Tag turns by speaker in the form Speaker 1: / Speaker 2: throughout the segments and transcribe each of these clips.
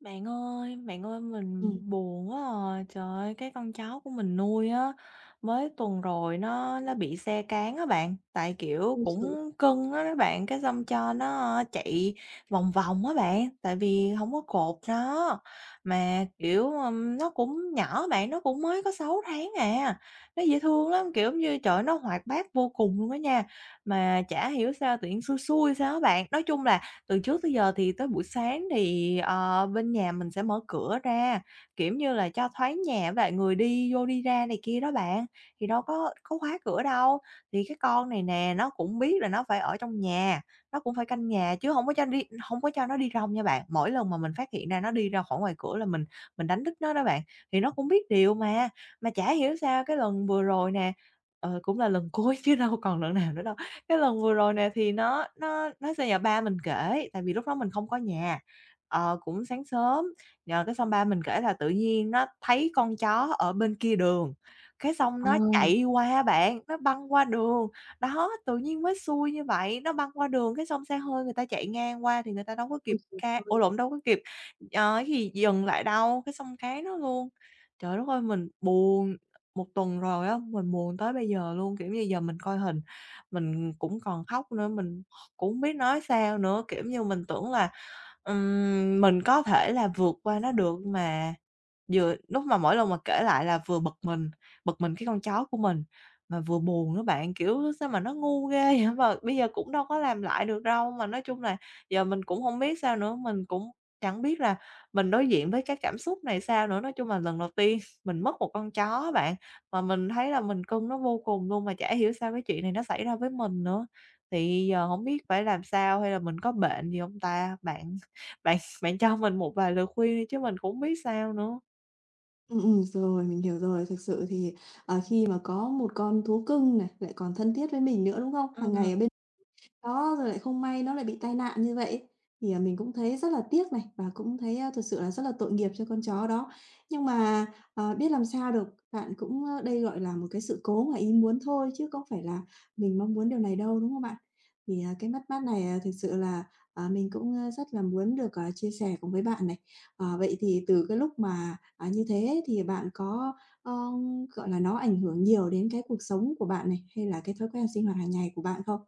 Speaker 1: Bạn ơi mình
Speaker 2: Ừm,
Speaker 1: buồn quá à. Trời ơi, cái con cháu của mình nuôi á, mới tuần rồi nó bị xe cán á bạn. Tại, kiểu,
Speaker 2: ôi trời!
Speaker 1: cũng cưng á đó bạn, cái xong cho nó chạy vòng vòng á bạn, tại vì không có cột nó. Mà, kiểu, nó cũng nhỏ bạn, nó cũng mới có 6 tháng à, nó dễ thương lắm, kiểu như, trời nó hoạt bát vô cùng luôn á nha. Mà chả hiểu sao tự nhiên xui xui sao á bạn. Nói chung là từ trước tới giờ thì tới buổi sáng thì, bên nhà mình sẽ mở cửa ra, kiểu như là, cho thoáng nhà với người đi vô đi ra này kia đó bạn, thì đâu có khóa cửa đâu. Thì cái con này nè, nó cũng biết là nó phải ở trong nhà, nó cũng phải canh nhà chứ không có cho nó đi rong nha bạn. Mỗi lần mà mình phát hiện ra nó đi ra khỏi ngoài cửa là mình đánh thức nó đó bạn, thì nó cũng biết điều mà. Mà chả hiểu sao cái lần vừa rồi nè, cũng là lần cuối chứ đâu còn lần nào nữa đâu, cái lần vừa rồi nè thì nó sinh nhà ba mình kể, tại vì lúc đó mình không có nhà, cũng sáng sớm, nhờ cái xong ba mình kể là tự nhiên nó thấy con chó ở bên kia đường, cái xong
Speaker 2: Ờ,
Speaker 1: nó chạy qua bạn, nó băng qua đường. Đó, tự nhiên mới xui như vậy, nó băng qua đường cái xong xe hơi người ta chạy ngang qua thì người ta đâu có kịp
Speaker 2: ôi trời
Speaker 1: ca ủa
Speaker 2: ơi!
Speaker 1: lộn, đâu có kịp, cái gì, dừng lại đâu, cái xong cán nó luôn. Trời đất ơi, mình buồn, một tuần rồi á, mình buồn tới bây giờ luôn, kiểu như, giờ mình coi hình mình cũng còn khóc nữa, mình cũng hông biết nói sao nữa. Kiểu như, mình tưởng là mình có thể là vượt qua nó được mà vừa lúc mà mỗi lần mà kể lại là vừa bực mình, cái con chó của mình, mà vừa buồn nữa bạn, kiểu, sao mà nó ngu ghê vậy, mà bây giờ cũng đâu có làm lại được đâu. Mà nói chung là giờ mình cũng không biết sao nữa, mình cũng chẳng biết là mình đối diện với cái cảm xúc này sao nữa. Nói chung là lần đầu tiên mình mất một con chó á bạn, mà mình thấy là mình cưng nó vô cùng luôn, mà chả hiểu sao cái chuyện này nó xảy ra với mình nữa. Thì giờ không biết phải làm sao hay là mình có bệnh gì không ta? Bạn bạn bạn cho mình một vài lời khuyên đi chứ mình cũng hông biết sao nữa.
Speaker 2: Rồi, mình hiểu rồi. Thực sự thì, khi mà có một con thú cưng này, lại còn thân thiết với mình nữa, đúng không? Hàng
Speaker 1: Ừm.
Speaker 2: ngày ở đó, rồi lại không may nó lại bị tai nạn như vậy thì, mình cũng thấy rất là tiếc này, và cũng thấy, thực sự là rất là tội nghiệp cho con chó đó. Nhưng mà, biết làm sao được, bạn cũng, đây, gọi là, một cái sự cố ngoài ý muốn thôi chứ không phải là mình mong muốn điều này đâu, đúng không bạn? Thì, cái mất mát này, thực sự là, mình cũng, rất là muốn được, chia sẻ cùng với bạn này. Ờ, vậy thì từ cái lúc mà, như thế thì bạn có, ơ, gọi là, nó ảnh hưởng nhiều đến cái cuộc sống của bạn này, hay là cái thói quen sinh hoạt hàng ngày của bạn không?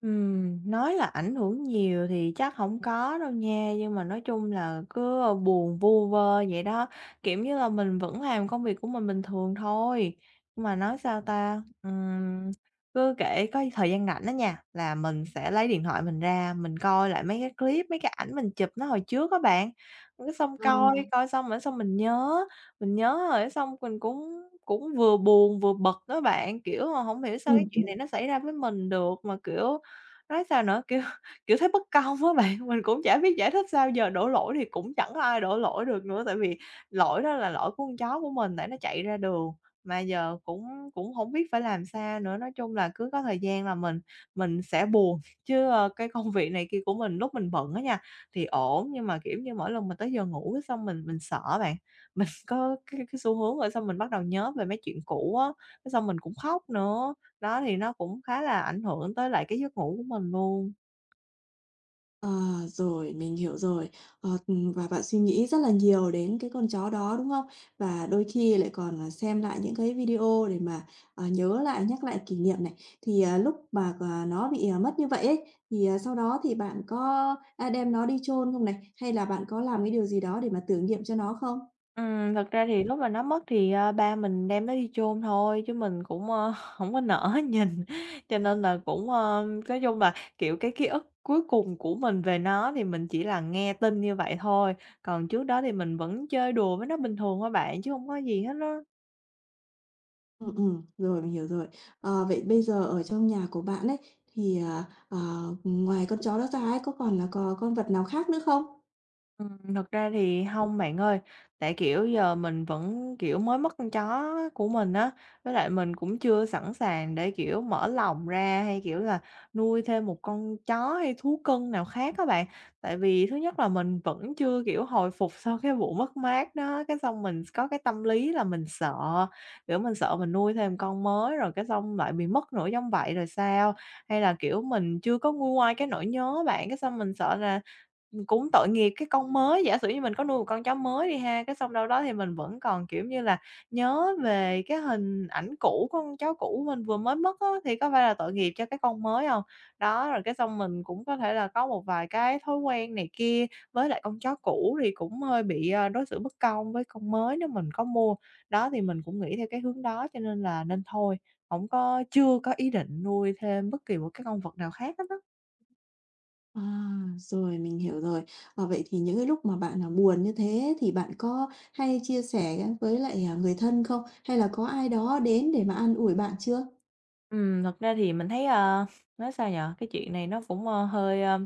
Speaker 1: Nói là ảnh hưởng nhiều thì chắc không có đâu nha, nhưng mà nói chung là cứ, buồn vu vơ vậy đó, kiểu như là, mình vẫn làm công việc của mình bình thường thôi. Nhưng mà nói sao ta, cứ kể có thời gian rảnh đó nha, là mình sẽ lấy điện thoại mình ra, mình coi lại mấy cái clip, mấy cái ảnh mình chụp nó hồi trước á bạn. Cái xong
Speaker 2: Ờ.
Speaker 1: coi, coi xong rồi xong mình nhớ rồi xong mình cũng cũng vừa buồn vừa bực đó bạn, kiểu, mà không hiểu sao cái chuyện
Speaker 2: Ừm.
Speaker 1: này nó xảy ra với mình được mà, kiểu Nói sao nữa, kiểu, kiểu, thấy bất công á bạn, mình cũng chả biết giải thích sao giờ, đổ lỗi thì cũng chẳng có ai đổ lỗi được nữa, tại vì lỗi đó là lỗi của con chó của mình, tại nó chạy ra đường, mà giờ cũng cũng không biết phải làm sao nữa. Nói chung là cứ có thời gian là mình sẽ buồn, chứ, cái công việc này kia của mình lúc mình bận á nha, thì ổn, nhưng mà, kiểu như, mỗi lần mình tới giờ ngủ cái xong mình sợ bạn, mình có cái xu hướng rồi xong mình bắt đầu nhớ về mấy chuyện cũ á, cái xong mình cũng khóc nữa. Đó, thì nó cũng khá là ảnh hưởng tới lại cái giấc ngủ của mình luôn.
Speaker 2: Ờ, rồi, mình hiểu rồi. Ờ, và bạn suy nghĩ rất là nhiều đến cái con chó đó, đúng không? Và đôi khi lại còn, xem lại những cái video để mà, nhớ lại, nhắc lại kỷ niệm này. Thì, lúc mà, nó bị, mất như vậy ấy, thì, sau đó thì bạn có, đem nó đi chôn không này? Hay là bạn có làm cái điều gì đó để mà tưởng niệm cho nó không?
Speaker 1: Thật ra thì lúc mà nó mất thì, ba mình đem nó đi chôn thôi, chứ mình cũng, hổng có nỡ nhìn, cho nên là cũng, nói chung là, kiểu, cái ký ức cuối cùng của mình về nó thì mình chỉ là nghe tin như vậy thôi, còn trước đó thì mình vẫn chơi đùa với nó bình thường thôi bạn, chứ không có gì hết đó.
Speaker 2: Rồi, mình hiểu rồi. Ờ, vậy bây giờ ở trong nhà của bạn ấy, thì, ờ, ngoài con chó đó ra ấy, có còn là có con vật nào khác nữa không?
Speaker 1: Thật ra thì không bạn ơi, tại, kiểu, giờ mình vẫn, kiểu, mới mất con chó của mình á, với lại mình cũng chưa sẵn sàng để, kiểu, mở lòng ra hay, kiểu là, nuôi thêm một con chó hay thú cưng nào khác các bạn. Tại vì thứ nhất là mình vẫn chưa, kiểu, hồi phục sau cái vụ mất mát đó, cái xong mình có cái tâm lý là mình sợ, kiểu, mình sợ mình nuôi thêm con mới rồi cái xong lại bị mất nữa giống vậy rồi sao? Hay là, kiểu, mình chưa có nguôi ngoai cái nỗi nhớ bạn, cái xong mình sợ là cũng tội nghiệp cái con mới, giả sử như mình có nuôi một con chó mới đi ha, cái xong đâu đó thì mình vẫn còn, kiểu như là, nhớ về cái hình ảnh cũ của con chó cũ mình vừa mới mất á, thì có phải là tội nghiệp cho cái con mới không? Đó, rồi cái xong mình cũng có thể là có một vài cái thói quen này kia với lại con chó cũ thì cũng hơi bị, đối xử bất công với con mới nếu mình có mua. Đó, thì mình cũng nghĩ theo cái hướng đó cho nên là nên thôi, không có chưa có ý định nuôi thêm bất kỳ một cái con vật nào khác hết á.
Speaker 2: À, rồi mình hiểu rồi. Ờ, vậy thì những cái lúc mà bạn, buồn như thế thì bạn có hay chia sẻ với lại, người thân không? Hay là có ai đó đến để mà an ủi bạn chưa?
Speaker 1: Thật ra thì mình thấy, nói sao nhở cái chuyện này nó cũng, hơi,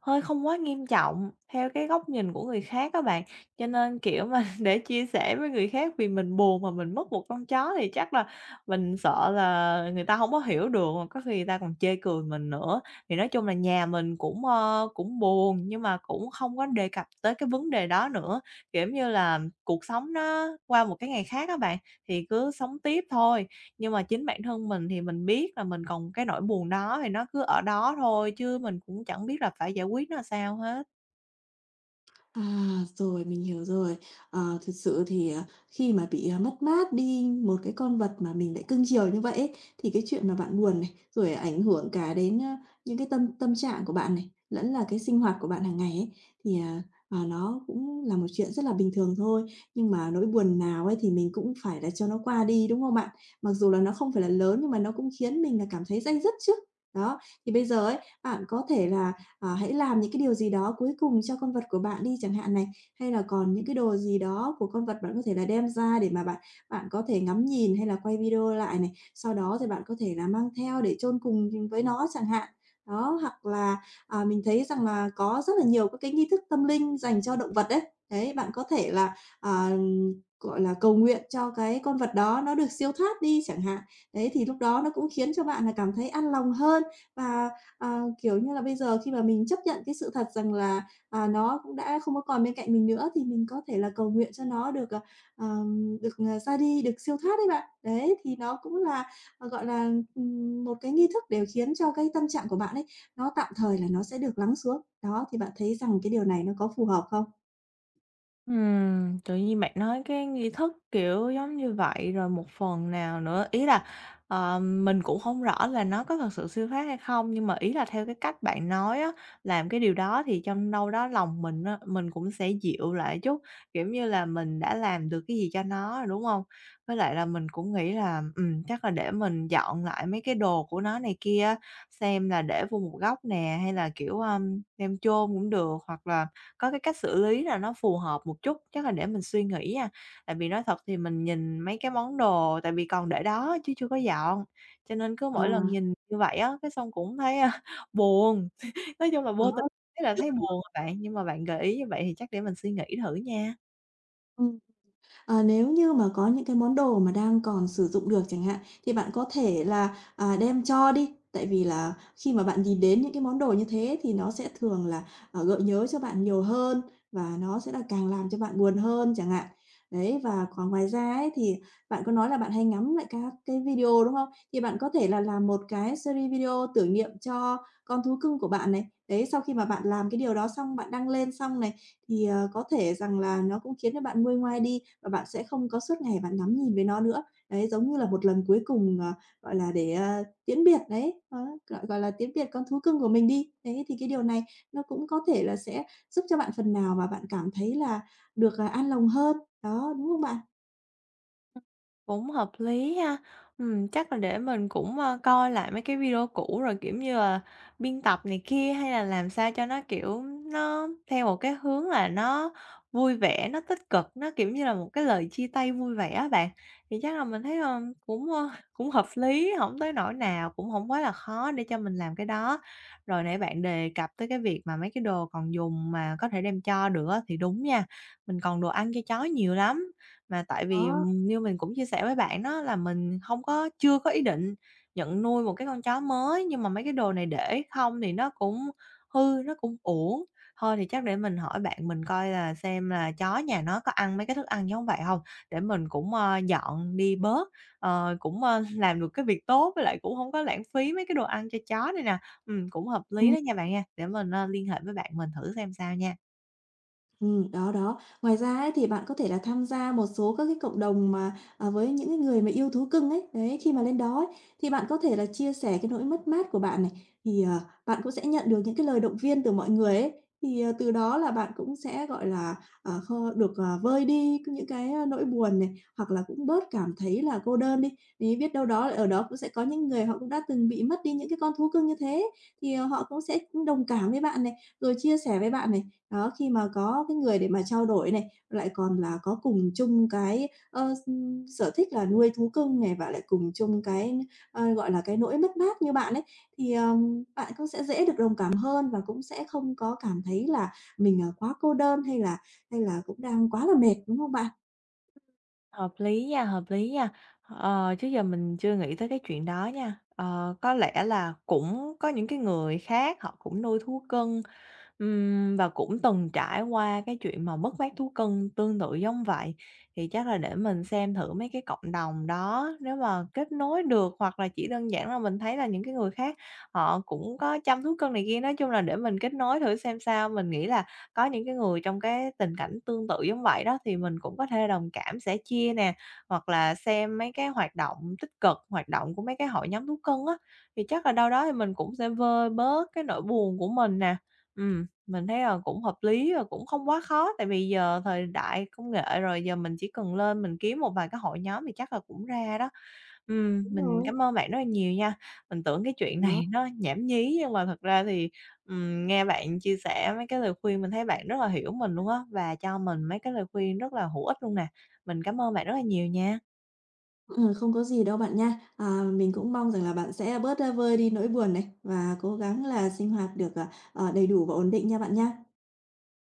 Speaker 1: hơi không quá nghiêm trọng theo cái góc nhìn của người khác các bạn. Cho nên, kiểu, mà để chia sẻ với người khác vì mình buồn mà mình mất một con chó thì chắc là mình sợ là người ta không có hiểu được, mà có khi người ta còn chê cười mình nữa. Thì nói chung là nhà mình cũng, cũng buồn nhưng mà cũng không có đề cập tới cái vấn đề đó nữa, kiểu như là, cuộc sống nó qua một cái ngày khác các bạn thì cứ sống tiếp thôi. Nhưng mà chính bản thân mình thì mình biết là mình còn cái nỗi buồn đó thì nó cứ ở đó thôi chứ mình cũng chẳng biết là phải giải quyết nó sao hết.
Speaker 2: À, rồi, mình hiểu rồi. Ờ, thực sự thì, khi mà bị, mất mát đi một cái con vật mà mình lại cưng chiều như vậy ấy, thì cái chuyện mà bạn buồn này, rồi ảnh hưởng cả đến, những cái tâm tâm trạng của bạn này, lẫn là cái sinh hoạt của bạn hàng ngày ấy, thì, nó cũng là một chuyện rất là bình thường thôi. Nhưng mà nỗi buồn nào ấy thì mình cũng phải là cho nó qua đi, đúng không bạn? Mặc dù là nó không phải là lớn nhưng mà nó cũng khiến mình là cảm thấy day dứt chứ. Đó, thì bây giờ ấy, bạn có thể là hãy làm những cái điều gì đó cuối cùng cho con vật của bạn đi chẳng hạn này, hay là còn những cái đồ gì đó của con vật bạn có thể là đem ra để mà bạn bạn có thể ngắm nhìn hay là quay video lại này, sau đó thì bạn có thể là mang theo để chôn cùng với nó chẳng hạn. Đó, hoặc là, mình thấy rằng là có rất là nhiều các cái nghi thức tâm linh dành cho động vật đấy. Đấy, bạn có thể là, gọi là, cầu nguyện cho cái con vật đó nó được siêu thoát đi chẳng hạn. Đấy, thì lúc đó nó cũng khiến cho bạn là cảm thấy an lòng hơn và à, kiểu như là, bây giờ khi mà mình chấp nhận cái sự thật rằng là, nó cũng đã không có còn bên cạnh mình nữa thì mình có thể là cầu nguyện cho nó được, được, ra đi, được siêu thoát đấy bạn. Đấy, thì nó cũng là, gọi là, một cái nghi thức để khiến cho cái tâm trạng của bạn ấy, nó tạm thời là nó sẽ được lắng xuống. Đó, thì bạn thấy rằng cái điều này nó có phù hợp không?
Speaker 1: Tự nhiên bạn nói cái nghi thức, kiểu, giống như vậy, rồi một phần nào nữa ý là, mình cũng không rõ là nó có thật sự siêu thoát hay không, nhưng mà ý là theo cái cách bạn nói á, làm cái điều đó thì trong đâu đó lòng mình á, mình cũng sẽ dịu lại chút, kiểu như là, mình đã làm được cái gì cho nó rồi, đúng không Với lại là mình cũng nghĩ là, chắc là để mình dọn lại mấy cái đồ của nó này kia xem là để vô một góc nè, hay là, kiểu, đem chôn cũng được, hoặc là có cái cách xử lý là nó phù hợp một chút, chắc là để mình suy nghĩ à. Tại vì nói thật thì mình nhìn mấy cái món đồ tại vì còn để đó chứ chưa có dọn, cho nên cứ mỗi lần
Speaker 2: À,
Speaker 1: nhìn như vậy á, cái xong cũng thấy, buồn, nói chung là vô tình
Speaker 2: đó.
Speaker 1: thế là
Speaker 2: Được.
Speaker 1: thấy buồn à bạn, nhưng mà bạn gợi ý như vậy thì chắc để mình suy nghĩ thử nha.
Speaker 2: Ừm. Ờ, nếu như mà có những cái món đồ mà đang còn sử dụng được chẳng hạn, thì bạn có thể là, đem cho đi, tại vì là khi mà bạn nhìn đến những cái món đồ như thế thì nó sẽ thường là, gợi nhớ cho bạn nhiều hơn và nó sẽ là càng làm cho bạn buồn hơn chẳng hạn. Đấy, và còn ngoài ra ấy thì bạn có nói là bạn hay ngắm lại các cái video, đúng không? Thì bạn có thể là làm một cái series video tưởng niệm cho con thú cưng của bạn này. Đấy, sau khi mà bạn làm cái điều đó xong, bạn đăng lên xong này, thì, có thể rằng là nó cũng khiến cho bạn nguôi ngoai đi và bạn sẽ không có suốt ngày bạn ngắm nhìn với nó nữa. Đấy, giống như là một lần cuối cùng, gọi là, để, tiễn biệt đấy, đó, gọi gọi là, tiễn biệt con thú cưng của mình đi. Đấy, thì cái điều này nó cũng có thể là sẽ giúp cho bạn phần nào mà bạn cảm thấy là được, an lòng hơn. Đó, đúng không bạn?
Speaker 1: Cũng hợp lý ha. Chắc là để mình cũng, coi lại mấy cái video cũ rồi, kiểu như là, biên tập này kia, hay là làm sao cho nó, kiểu, nó theo một cái hướng là nó vui vẻ, nó tích cực, nó, kiểu như là, một cái lời chia tay vui vẻ á bạn. Thì chắc là mình thấy, cũng, cũng hợp lý, không tới nỗi nào, cũng không quá là khó để cho mình làm cái đó. Rồi nãy bạn đề cập tới cái việc mà mấy cái đồ còn dùng mà có thể đem cho được á, thì đúng nha, mình còn đồ ăn cho chó nhiều lắm. Mà tại vì,
Speaker 2: Đó,
Speaker 1: như mình cũng chia sẻ với bạn đó là mình không có chưa có ý định nhận nuôi một cái con chó mới, nhưng mà mấy cái đồ này để không thì nó cũng hư, nó cũng uổng. Thôi thì chắc để mình hỏi bạn mình coi là xem là chó nhà nó có ăn mấy cái thức ăn giống vậy không để mình cũng, dọn đi bớt, cũng, làm được cái việc tốt, với lại cũng không có lãng phí mấy cái đồ ăn cho chó này nè. Cũng hợp lý
Speaker 2: ừm.
Speaker 1: đó nha bạn nha, để mình, liên hệ với bạn mình thử xem sao nha.
Speaker 2: Đó, đó. Ngoài ra ấy thì bạn có thể là tham gia một số các cái cộng đồng mà, với những cái người mà yêu thú cưng ấy. Đấy, khi mà lên đó ấy, thì bạn có thể là chia sẻ cái nỗi mất mát của bạn này, thì, bạn cũng sẽ nhận được những cái lời động viên từ mọi người ấy. Thì, từ đó là bạn cũng sẽ, gọi là, kho được, vơi đi những cái, nỗi buồn này, hoặc là cũng bớt cảm thấy là cô đơn đi. Thì biết đâu đó ở đó cũng sẽ có những người họ cũng đã từng bị mất đi những cái con thú cưng như thế thì, họ cũng sẽ đồng cảm với bạn này, rồi chia sẻ với bạn này. Đó, khi mà có cái người để mà trao đổi này, lại còn là có cùng chung cái, ơ, s sở thích là nuôi thú cưng này và lại cùng chung cái, gọi là, cái nỗi mất mát như bạn ấy, thì, bạn cũng sẽ dễ được đồng cảm hơn và cũng sẽ không có cảm thấy là mình, quá cô đơn hay là cũng đang quá là mệt, đúng không bạn?
Speaker 1: Hợp lý nha, hợp lý nha. Ờ, trước giờ mình chưa nghĩ tới cái chuyện đó nha. Ờ, có lẽ là cũng có những cái người khác họ cũng nuôi thú cưng và cũng từng trải qua cái chuyện mà mất mát thú cưng tương tự giống vậy, thì chắc là để mình xem thử mấy cái cộng đồng đó, nếu mà kết nối được hoặc là chỉ đơn giản là mình thấy là những cái người khác họ cũng có chăm thú cưng này kia, nói chung là để mình kết nối thử xem sao. Mình nghĩ là có những cái người trong cái tình cảnh tương tự giống vậy đó, thì mình cũng có thể đồng cảm, sẻ chia nè, hoặc là xem mấy cái hoạt động tích cực, hoạt động của mấy cái hội nhóm thú cưng á, thì chắc là đâu đó thì mình cũng sẽ vơi bớt cái nỗi buồn của mình nè. Ừ, mình thấy, là cũng hợp lý và cũng không quá khó, tại vì giờ thời đại công nghệ rồi, giờ mình chỉ cần lên mình kiếm một vài cái hội nhóm thì chắc là cũng ra đó.
Speaker 2: Đúng
Speaker 1: Mình
Speaker 2: rồi.
Speaker 1: cảm ơn bạn rất là nhiều nha. Mình tưởng cái chuyện
Speaker 2: Đó.
Speaker 1: này nó nhảm nhí nhưng mà thật ra thì, nghe bạn chia sẻ mấy cái lời khuyên mình thấy bạn rất là hiểu mình luôn á, và cho mình mấy cái lời khuyên rất là hữu ích luôn nè. Mình cảm ơn bạn rất là nhiều nha.
Speaker 2: Không có gì đâu bạn nha. À, mình cũng mong rằng là bạn sẽ bớt, vơi đi nỗi buồn này và cố gắng là sinh hoạt được, đầy đủ và ổn định nha bạn nha.